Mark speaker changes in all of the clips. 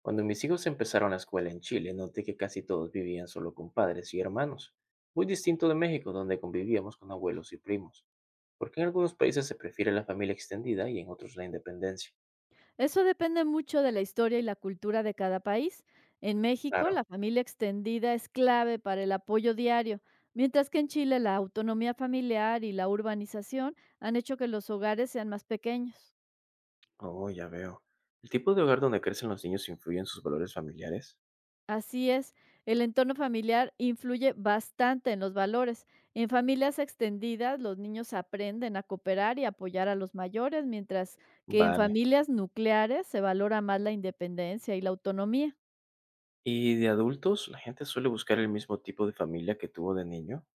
Speaker 1: Cuando mis hijos empezaron la escuela en Chile, noté que casi todos vivían solo con padres y hermanos, muy distinto de México, donde convivíamos con abuelos y primos, porque en algunos países se prefiere la familia extendida y en otros la independencia.
Speaker 2: Eso depende mucho de la historia y la cultura de cada país. En México,
Speaker 1: Claro.
Speaker 2: la familia extendida es clave para el apoyo diario, mientras que en Chile la autonomía familiar y la urbanización han hecho que los hogares sean más pequeños.
Speaker 1: Oh, ya veo. ¿El tipo de hogar donde crecen los niños influye en sus valores familiares?
Speaker 2: Así es, el entorno familiar influye bastante en los valores. En familias extendidas, los niños aprenden a cooperar y apoyar a los mayores, mientras que en
Speaker 1: Vale.
Speaker 2: familias nucleares se valora más la independencia y la autonomía.
Speaker 1: ¿Y de adultos, la gente suele buscar el mismo tipo de familia que tuvo de niño?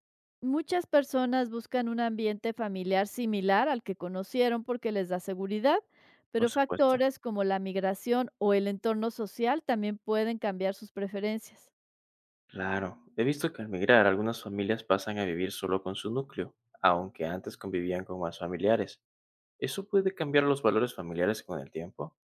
Speaker 2: Muchas personas buscan un ambiente familiar similar al que conocieron porque les da seguridad,
Speaker 1: Por
Speaker 2: pero
Speaker 1: supuesto.
Speaker 2: factores como la migración o el entorno social también pueden cambiar sus preferencias.
Speaker 1: Claro, he visto que al migrar algunas familias pasan a vivir solo con su núcleo, aunque antes convivían con más familiares. ¿Eso puede cambiar los valores familiares con el tiempo?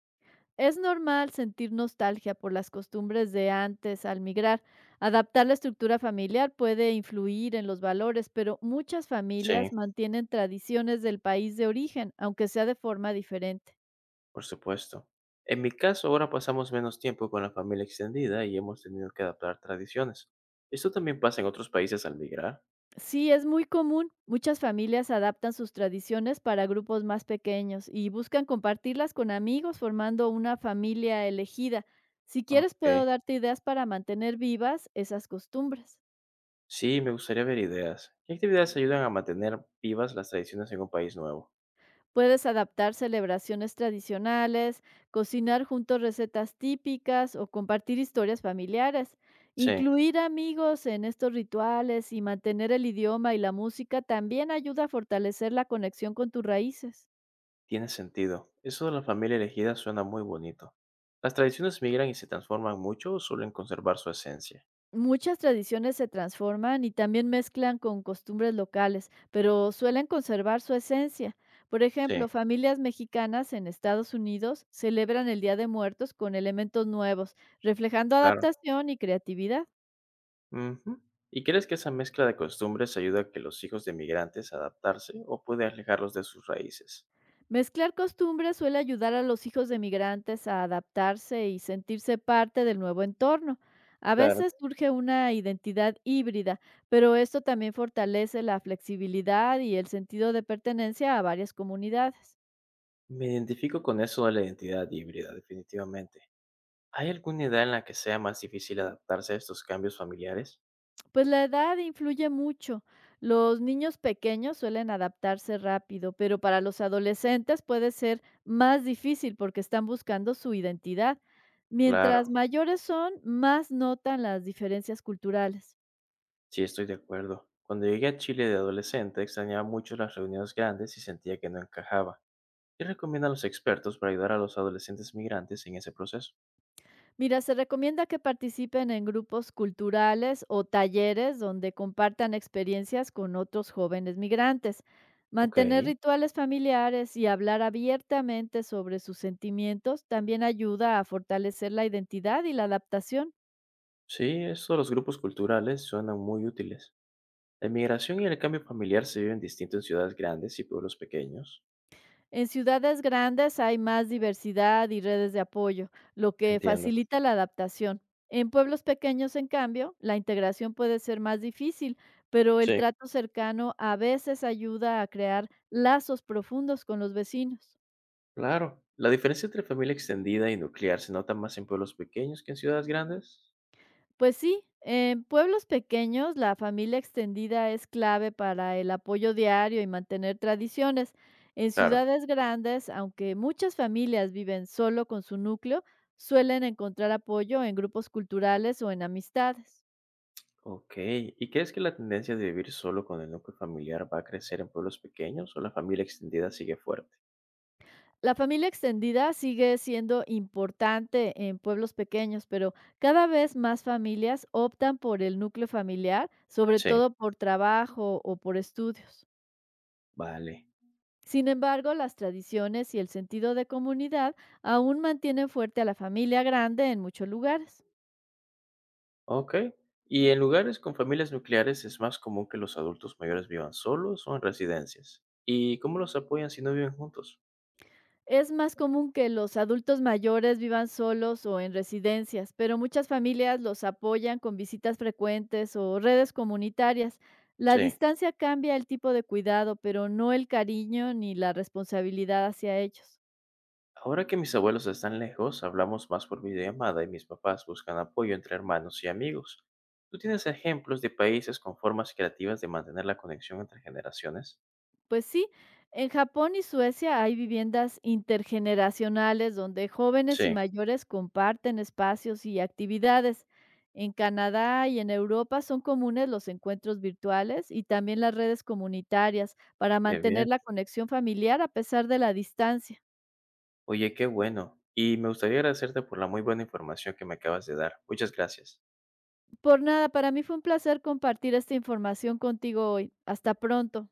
Speaker 2: Es normal sentir nostalgia por las costumbres de antes al migrar. Adaptar la estructura familiar puede influir en los valores, pero muchas
Speaker 1: Sí,
Speaker 2: familias mantienen tradiciones del país de origen, aunque sea de forma diferente.
Speaker 1: por supuesto. En mi caso, ahora pasamos menos tiempo con la familia extendida y hemos tenido que adaptar tradiciones. ¿Esto también pasa en otros países al migrar?
Speaker 2: Sí, es muy común. Muchas familias adaptan sus tradiciones para grupos más pequeños y buscan compartirlas con amigos formando una familia elegida. Si quieres,
Speaker 1: Ok.
Speaker 2: puedo darte ideas para mantener vivas esas costumbres.
Speaker 1: Sí, me gustaría ver ideas. ¿Qué actividades ayudan a mantener vivas las tradiciones en un país nuevo?
Speaker 2: Puedes adaptar celebraciones tradicionales, cocinar juntos recetas típicas o compartir historias familiares.
Speaker 1: Sí,
Speaker 2: Incluir amigos en estos rituales y mantener el idioma y la música también ayuda a fortalecer la conexión con tus raíces.
Speaker 1: tiene sentido. Eso de la familia elegida suena muy bonito. ¿Las tradiciones migran y se transforman mucho o suelen conservar su esencia?
Speaker 2: Muchas tradiciones se transforman y también mezclan con costumbres locales, pero suelen conservar su esencia. Por
Speaker 1: Sí,
Speaker 2: ejemplo, familias mexicanas en Estados Unidos celebran el Día de Muertos con elementos nuevos, reflejando
Speaker 1: claro.
Speaker 2: adaptación y creatividad.
Speaker 1: Ujú. ¿Y crees que esa mezcla de costumbres ayuda a que los hijos de migrantes adaptarse o puede alejarlos de sus raíces?
Speaker 2: Mezclar costumbres suele ayudar a los hijos de migrantes a adaptarse y sentirse parte del nuevo entorno. A
Speaker 1: Claro.
Speaker 2: veces surge una identidad híbrida, pero esto también fortalece la flexibilidad y el sentido de pertenencia a varias comunidades.
Speaker 1: Me identifico con eso de la identidad híbrida, definitivamente. ¿Hay alguna edad en la que sea más difícil adaptarse a estos cambios familiares?
Speaker 2: Pues la edad influye mucho. Los niños pequeños suelen adaptarse rápido, pero para los adolescentes puede ser más difícil porque están buscando su identidad. Mientras
Speaker 1: Claro,
Speaker 2: mayores son, más notan las diferencias culturales.
Speaker 1: sí estoy de acuerdo. Cuando llegué a Chile de adolescente, extrañaba mucho las reuniones grandes y sentía que no encajaba. ¿Qué recomiendan los expertos para ayudar a los adolescentes migrantes en ese proceso?
Speaker 2: Mira, se recomienda que participen en grupos culturales o talleres donde compartan experiencias con otros jóvenes migrantes.
Speaker 1: Ok,
Speaker 2: Mantener rituales familiares y hablar abiertamente sobre sus sentimientos también ayuda a fortalecer la identidad y la adaptación.
Speaker 1: sí, eso de los grupos culturales suenan muy útiles. La inmigración y el cambio familiar se viven distinto en ciudades grandes y pueblos pequeños.
Speaker 2: En ciudades grandes hay más diversidad y redes de apoyo, lo que
Speaker 1: Entiendo.
Speaker 2: facilita la adaptación. En pueblos pequeños, en cambio, la integración puede ser más difícil, pero el
Speaker 1: Sí,
Speaker 2: trato cercano a veces ayuda a crear lazos profundos con los vecinos.
Speaker 1: claro. La diferencia entre familia extendida y nuclear se nota más en pueblos pequeños que en ciudades grandes.
Speaker 2: Pues sí, en pueblos pequeños la familia extendida es clave para el apoyo diario y mantener tradiciones. En
Speaker 1: Claro.
Speaker 2: ciudades grandes, aunque muchas familias viven solo con su núcleo, suelen encontrar apoyo en grupos culturales o en amistades.
Speaker 1: Ok. ¿Y crees que la tendencia de vivir solo con el núcleo familiar va a crecer en pueblos pequeños o la familia extendida sigue fuerte?
Speaker 2: La familia extendida sigue siendo importante en pueblos pequeños, pero cada vez más familias optan por el núcleo familiar, sobre
Speaker 1: Sí.
Speaker 2: todo por trabajo o por estudios.
Speaker 1: Vale.
Speaker 2: Sin embargo, las tradiciones y el sentido de comunidad aún mantienen fuerte a la familia grande en muchos lugares.
Speaker 1: Ok. ¿Y en lugares con familias nucleares es más común que los adultos mayores vivan solos o en residencias? ¿Y cómo los apoyan si no viven juntos?
Speaker 2: Es más común que los adultos mayores vivan solos o en residencias, pero muchas familias los apoyan con visitas frecuentes o redes comunitarias. La
Speaker 1: Sí.
Speaker 2: distancia cambia el tipo de cuidado, pero no el cariño ni la responsabilidad hacia ellos.
Speaker 1: Ahora que mis abuelos están lejos, hablamos más por videollamada y mis papás buscan apoyo entre hermanos y amigos. ¿Tú tienes ejemplos de países con formas creativas de mantener la conexión entre generaciones?
Speaker 2: Pues sí, en Japón y Suecia hay viviendas intergeneracionales donde jóvenes y
Speaker 1: Sí,
Speaker 2: mayores comparten espacios y actividades. En Canadá y en Europa son comunes los encuentros virtuales y también las redes comunitarias para
Speaker 1: qué bien.
Speaker 2: mantener la conexión familiar a pesar de la distancia.
Speaker 1: Oye, qué bueno. Y me gustaría agradecerte por la muy buena información que me acabas de dar. Muchas gracias.
Speaker 2: Por nada, para mí fue un placer compartir esta información contigo hoy. Hasta pronto.